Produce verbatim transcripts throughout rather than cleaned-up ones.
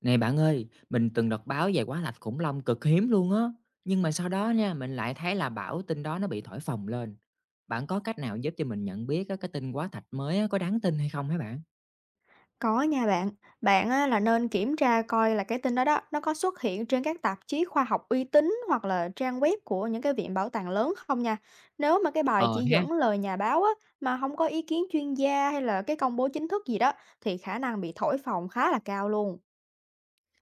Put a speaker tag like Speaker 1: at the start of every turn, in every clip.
Speaker 1: Này bạn ơi, mình từng đọc báo về quá lạch khủng long cực hiếm luôn á. Nhưng mà sau đó nha, mình lại thấy là bảo tin đó nó bị thổi phồng lên. Bạn có cách nào giúp cho mình nhận biết á, cái tin quá thạch mới á, có đáng tin hay không hả bạn?
Speaker 2: Có nha bạn, bạn á, là nên kiểm tra coi là cái tin đó đó nó có xuất hiện trên các tạp chí khoa học uy tín hoặc là trang web của những cái viện bảo tàng lớn không nha. Nếu mà cái bài
Speaker 1: Ờ
Speaker 2: chỉ
Speaker 1: ha,
Speaker 2: dẫn lời nhà báo á, mà không có ý kiến chuyên gia hay là cái công bố chính thức gì đó thì khả năng bị thổi phồng khá là cao luôn.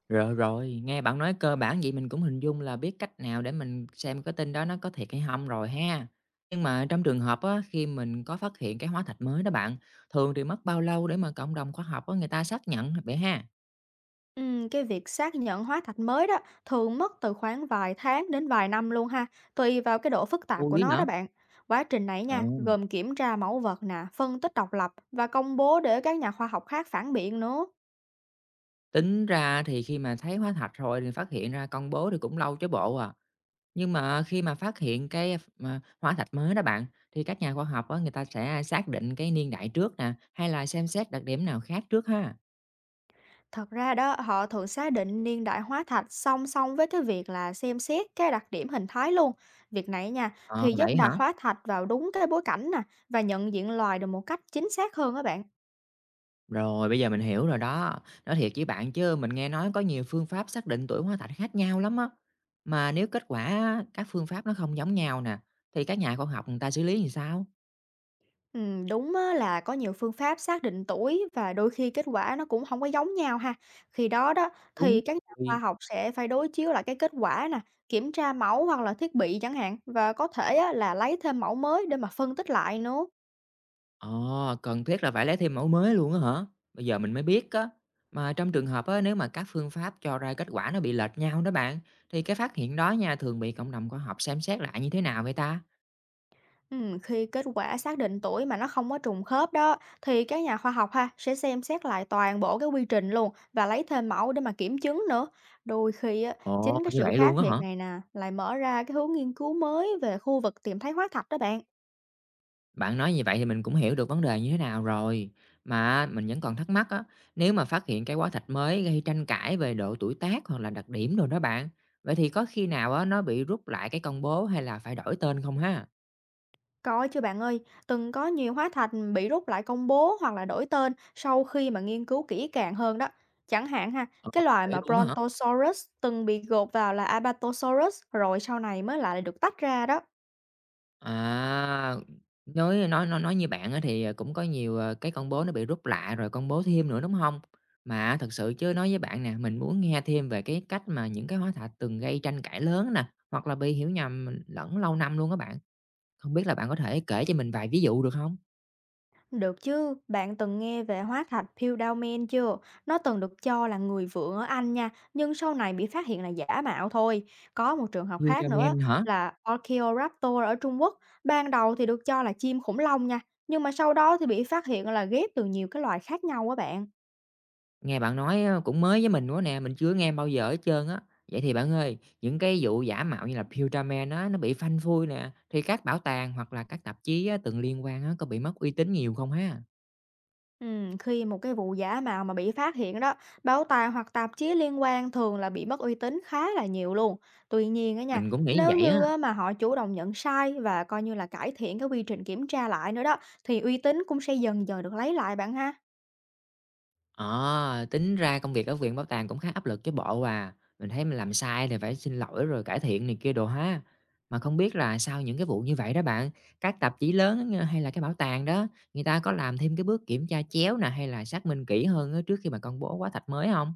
Speaker 1: rồi rồi, nghe bạn nói cơ bản vậy mình cũng hình dung là biết cách nào để mình xem cái tin đó nó có thiệt hay không rồi ha. Nhưng mà trong trường hợp á, khi mình có phát hiện cái hóa thạch mới đó bạn, thường thì mất bao lâu để mà cộng đồng khoa học á, người ta xác nhận vậy ha?
Speaker 2: Ừm, cái việc xác nhận hóa thạch mới đó thường mất từ khoảng vài tháng đến vài năm luôn ha, tùy vào cái độ phức tạp
Speaker 1: Lâu
Speaker 2: của
Speaker 1: dữ
Speaker 2: nó
Speaker 1: nhở?
Speaker 2: đó bạn. Quá trình này nha,
Speaker 1: Ừ.
Speaker 2: gồm kiểm tra mẫu vật nè, phân tích độc lập và công bố để các nhà khoa học khác phản biện nữa.
Speaker 1: Tính ra thì khi mà thấy hóa thạch rồi thì phát hiện ra công bố thì cũng lâu chứ bộ à. Nhưng mà khi mà phát hiện cái mà hóa thạch mới đó bạn, thì các nhà khoa học á, người ta sẽ xác định cái niên đại trước nè, hay là xem xét đặc điểm nào khác trước ha?
Speaker 2: Thật ra đó, họ thường xác định niên đại hóa thạch song song với cái việc là xem xét cái đặc điểm hình thái luôn. Việc này nha,
Speaker 1: Ờ,
Speaker 2: thì giúp
Speaker 1: vậy hả?
Speaker 2: đặt hóa thạch vào đúng cái bối cảnh nè và nhận diện loài được một cách chính xác hơn các bạn.
Speaker 1: Rồi, bây giờ mình hiểu rồi đó. Nói thiệt với bạn chứ mình nghe nói có nhiều phương pháp xác định tuổi hóa thạch khác nhau lắm á. Mà nếu kết quả á, các phương pháp nó không giống nhau nè, thì các nhà khoa học người ta xử lý như sao?
Speaker 2: Ừm, đúng á, là có nhiều phương pháp xác định tuổi và đôi khi kết quả nó cũng không có giống nhau ha. Khi đó đó
Speaker 1: Đúng.
Speaker 2: thì các nhà khoa học sẽ phải đối chiếu lại cái kết quả nè, kiểm tra mẫu hoặc là thiết bị chẳng hạn và có thể á, là lấy thêm mẫu mới để mà phân tích lại nữa.
Speaker 1: Ờ, cần thiết là phải lấy thêm mẫu mới luôn á hả? Bây giờ mình mới biết á. Mà trong trường hợp á, nếu mà các phương pháp cho ra kết quả nó bị lệch nhau đó bạn, thì cái phát hiện đó nha thường bị cộng đồng khoa học xem xét lại như thế nào vậy ta?
Speaker 2: Ừm, khi kết quả xác định tuổi mà nó không có trùng khớp đó thì các nhà khoa học ha, sẽ xem xét lại toàn bộ cái quy trình luôn và lấy thêm mẫu để mà kiểm chứng nữa. Đôi khi á,
Speaker 1: Ồ,
Speaker 2: chính cái
Speaker 1: như
Speaker 2: sự
Speaker 1: vậy luôn
Speaker 2: khác
Speaker 1: á
Speaker 2: biệt
Speaker 1: hả?
Speaker 2: này nè, lại mở ra cái hướng nghiên cứu mới về khu vực tìm thấy hóa thạch đó bạn.
Speaker 1: Bạn nói như vậy thì mình cũng hiểu được vấn đề như thế nào rồi. Mà mình vẫn còn thắc mắc á, nếu mà phát hiện cái quả thạch mới gây tranh cãi về độ tuổi tác hoặc là đặc điểm rồi đó bạn, vậy thì có khi nào á, nó bị rút lại cái công bố hay là phải đổi tên không ha?
Speaker 2: Có chứ bạn ơi, từng có nhiều hóa thạch bị rút lại công bố hoặc là đổi tên sau khi mà nghiên cứu kỹ càng hơn đó. Chẳng hạn ha,
Speaker 1: Ờ,
Speaker 2: cái loài
Speaker 1: vậy
Speaker 2: mà
Speaker 1: luôn á hả?
Speaker 2: Brontosaurus từng bị gộp vào là Albertosaurus rồi sau này mới lại được tách ra đó.
Speaker 1: À, nói nói nói nói như bạn á thì, ờ, cũng có nhiều, ờ, cái con bố nó bị rút lại rồi con bố thêm nữa, đúng không? Mà thật sự chứ nói với bạn nè, mình muốn nghe thêm về cái cách mà những cái hóa thạch từng gây tranh cãi lớn nè, hoặc là bị hiểu nhầm lẫn lâu năm luôn các bạn. Không biết là bạn có thể kể cho mình vài ví dụ được hông?
Speaker 2: Được chứ, bạn từng nghe về hóa thạch Piltdown chưa? Nó từng được cho là người vượng ở Anh nha, nhưng sau này bị phát hiện là giả mạo thôi. Có một trường hợp khác
Speaker 1: Future
Speaker 2: nữa
Speaker 1: Man hả?
Speaker 2: là Archaeoraptor ở Trung Quốc, ban đầu thì được cho là chim khủng long nha, nhưng mà sau đó thì bị phát hiện là ghép từ nhiều cái loài khác nhau á bạn.
Speaker 1: Nghe bạn nói á, cũng mới với mình quá nè, mình chưa nghe bao giờ hết trơn á. Vậy thì bạn ơi, những cái vụ giả mạo như là Pewdiepie á, nó bị phanh phui nè, thì các bảo tàng hoặc là các tạp chí á, từng liên quan á, có bị mất uy tín nhiều không ha?
Speaker 2: Ừm, khi một cái vụ giả mạo mà bị phát hiện đó, báo tài hoặc tạp chí liên quan thường là bị mất uy tín khá là nhiều luôn. Tuy nhiên á nha,
Speaker 1: Mình cũng nghĩ
Speaker 2: nếu
Speaker 1: vậy á.
Speaker 2: như á mà họ chủ động nhận sai và coi như là cải thiện cái quy trình kiểm tra lại nữa đó, thì uy tín cũng sẽ dần dần được lấy lại bạn ha.
Speaker 1: Ờ, tính ra công việc ở viện bảo tàng cũng khá áp lực chứ bộ à. Mình thấy mình làm sai thì phải xin lỗi rồi cải thiện này kia đồ ha. Mà không biết là sau những cái vụ như vậy đó bạn, các tạp chí lớn á, hay là cái bảo tàng đó, người ta có làm thêm cái bước kiểm tra chéo nè hay là xác minh kỹ hơn á, trước khi mà công bố quá thạch mới không?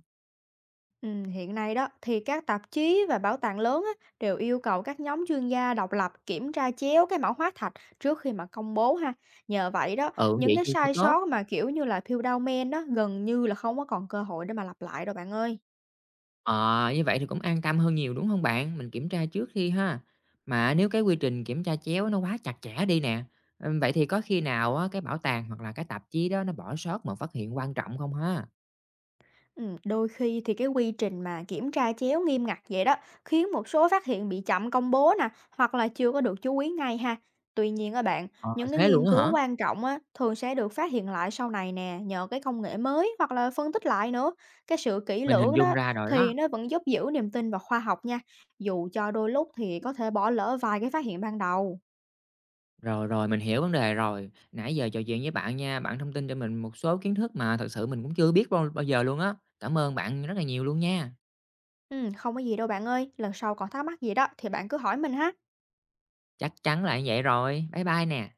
Speaker 2: Ừm, hiện nay đó thì các tạp chí và bảo tàng lớn á, đều yêu cầu các nhóm chuyên gia độc lập kiểm tra chéo cái mẫu hóa thạch trước khi mà công bố ha. Nhờ vậy đó,
Speaker 1: Ừ,
Speaker 2: những
Speaker 1: vậy
Speaker 2: cái
Speaker 1: thì sẽ
Speaker 2: sai
Speaker 1: tốt.
Speaker 2: sót mà kiểu như là Phil Dowman đó gần như là không có còn cơ hội để mà lặp lại rồi bạn ơi.
Speaker 1: Ờ, như vậy thì cũng an tâm hơn nhiều, đúng không bạn? Mình kiểm tra trước khi ha. Mà nếu cái quy trình kiểm tra chéo nó quá chặt chẽ đi nè, ừm, vậy thì có khi nào á, cái bảo tàng hoặc là cái tạp chí đó nó bỏ sót một phát hiện quan trọng không ha?
Speaker 2: Ừm, đôi khi thì cái quy trình mà kiểm tra chéo nghiêm ngặt vậy đó khiến một số phát hiện bị chậm công bố nè hoặc là chưa có được chú ý ngay ha. Tuy nhiên các bạn,
Speaker 1: Ờ,
Speaker 2: những cái
Speaker 1: thế luôn
Speaker 2: nghiên
Speaker 1: á
Speaker 2: cứu
Speaker 1: hả?
Speaker 2: quan trọng á, thường sẽ được phát hiện lại sau này nè nhờ cái công nghệ mới hoặc là phân tích lại nữa. Cái sự kỹ
Speaker 1: Mình hình
Speaker 2: lưỡng
Speaker 1: dung
Speaker 2: đó
Speaker 1: ra rồi đó.
Speaker 2: thì nó vẫn giúp giữ niềm tin vào khoa học nha. Dù cho đôi lúc thì có thể bỏ lỡ vài cái phát hiện ban đầu.
Speaker 1: Rồi, rồi, mình hiểu vấn đề rồi. Nãy giờ trò chuyện với bạn nha, bạn thông tin cho mình một số kiến thức mà thật sự mình cũng chưa biết bao bao giờ luôn á. Cảm ơn bạn rất là nhiều luôn nha.
Speaker 2: Ừm, không có gì đâu bạn ơi, lần sau còn thắc mắc gì đó thì bạn cứ hỏi mình ha.
Speaker 1: Chắc chắn là như vậy rồi. Bye bye nè.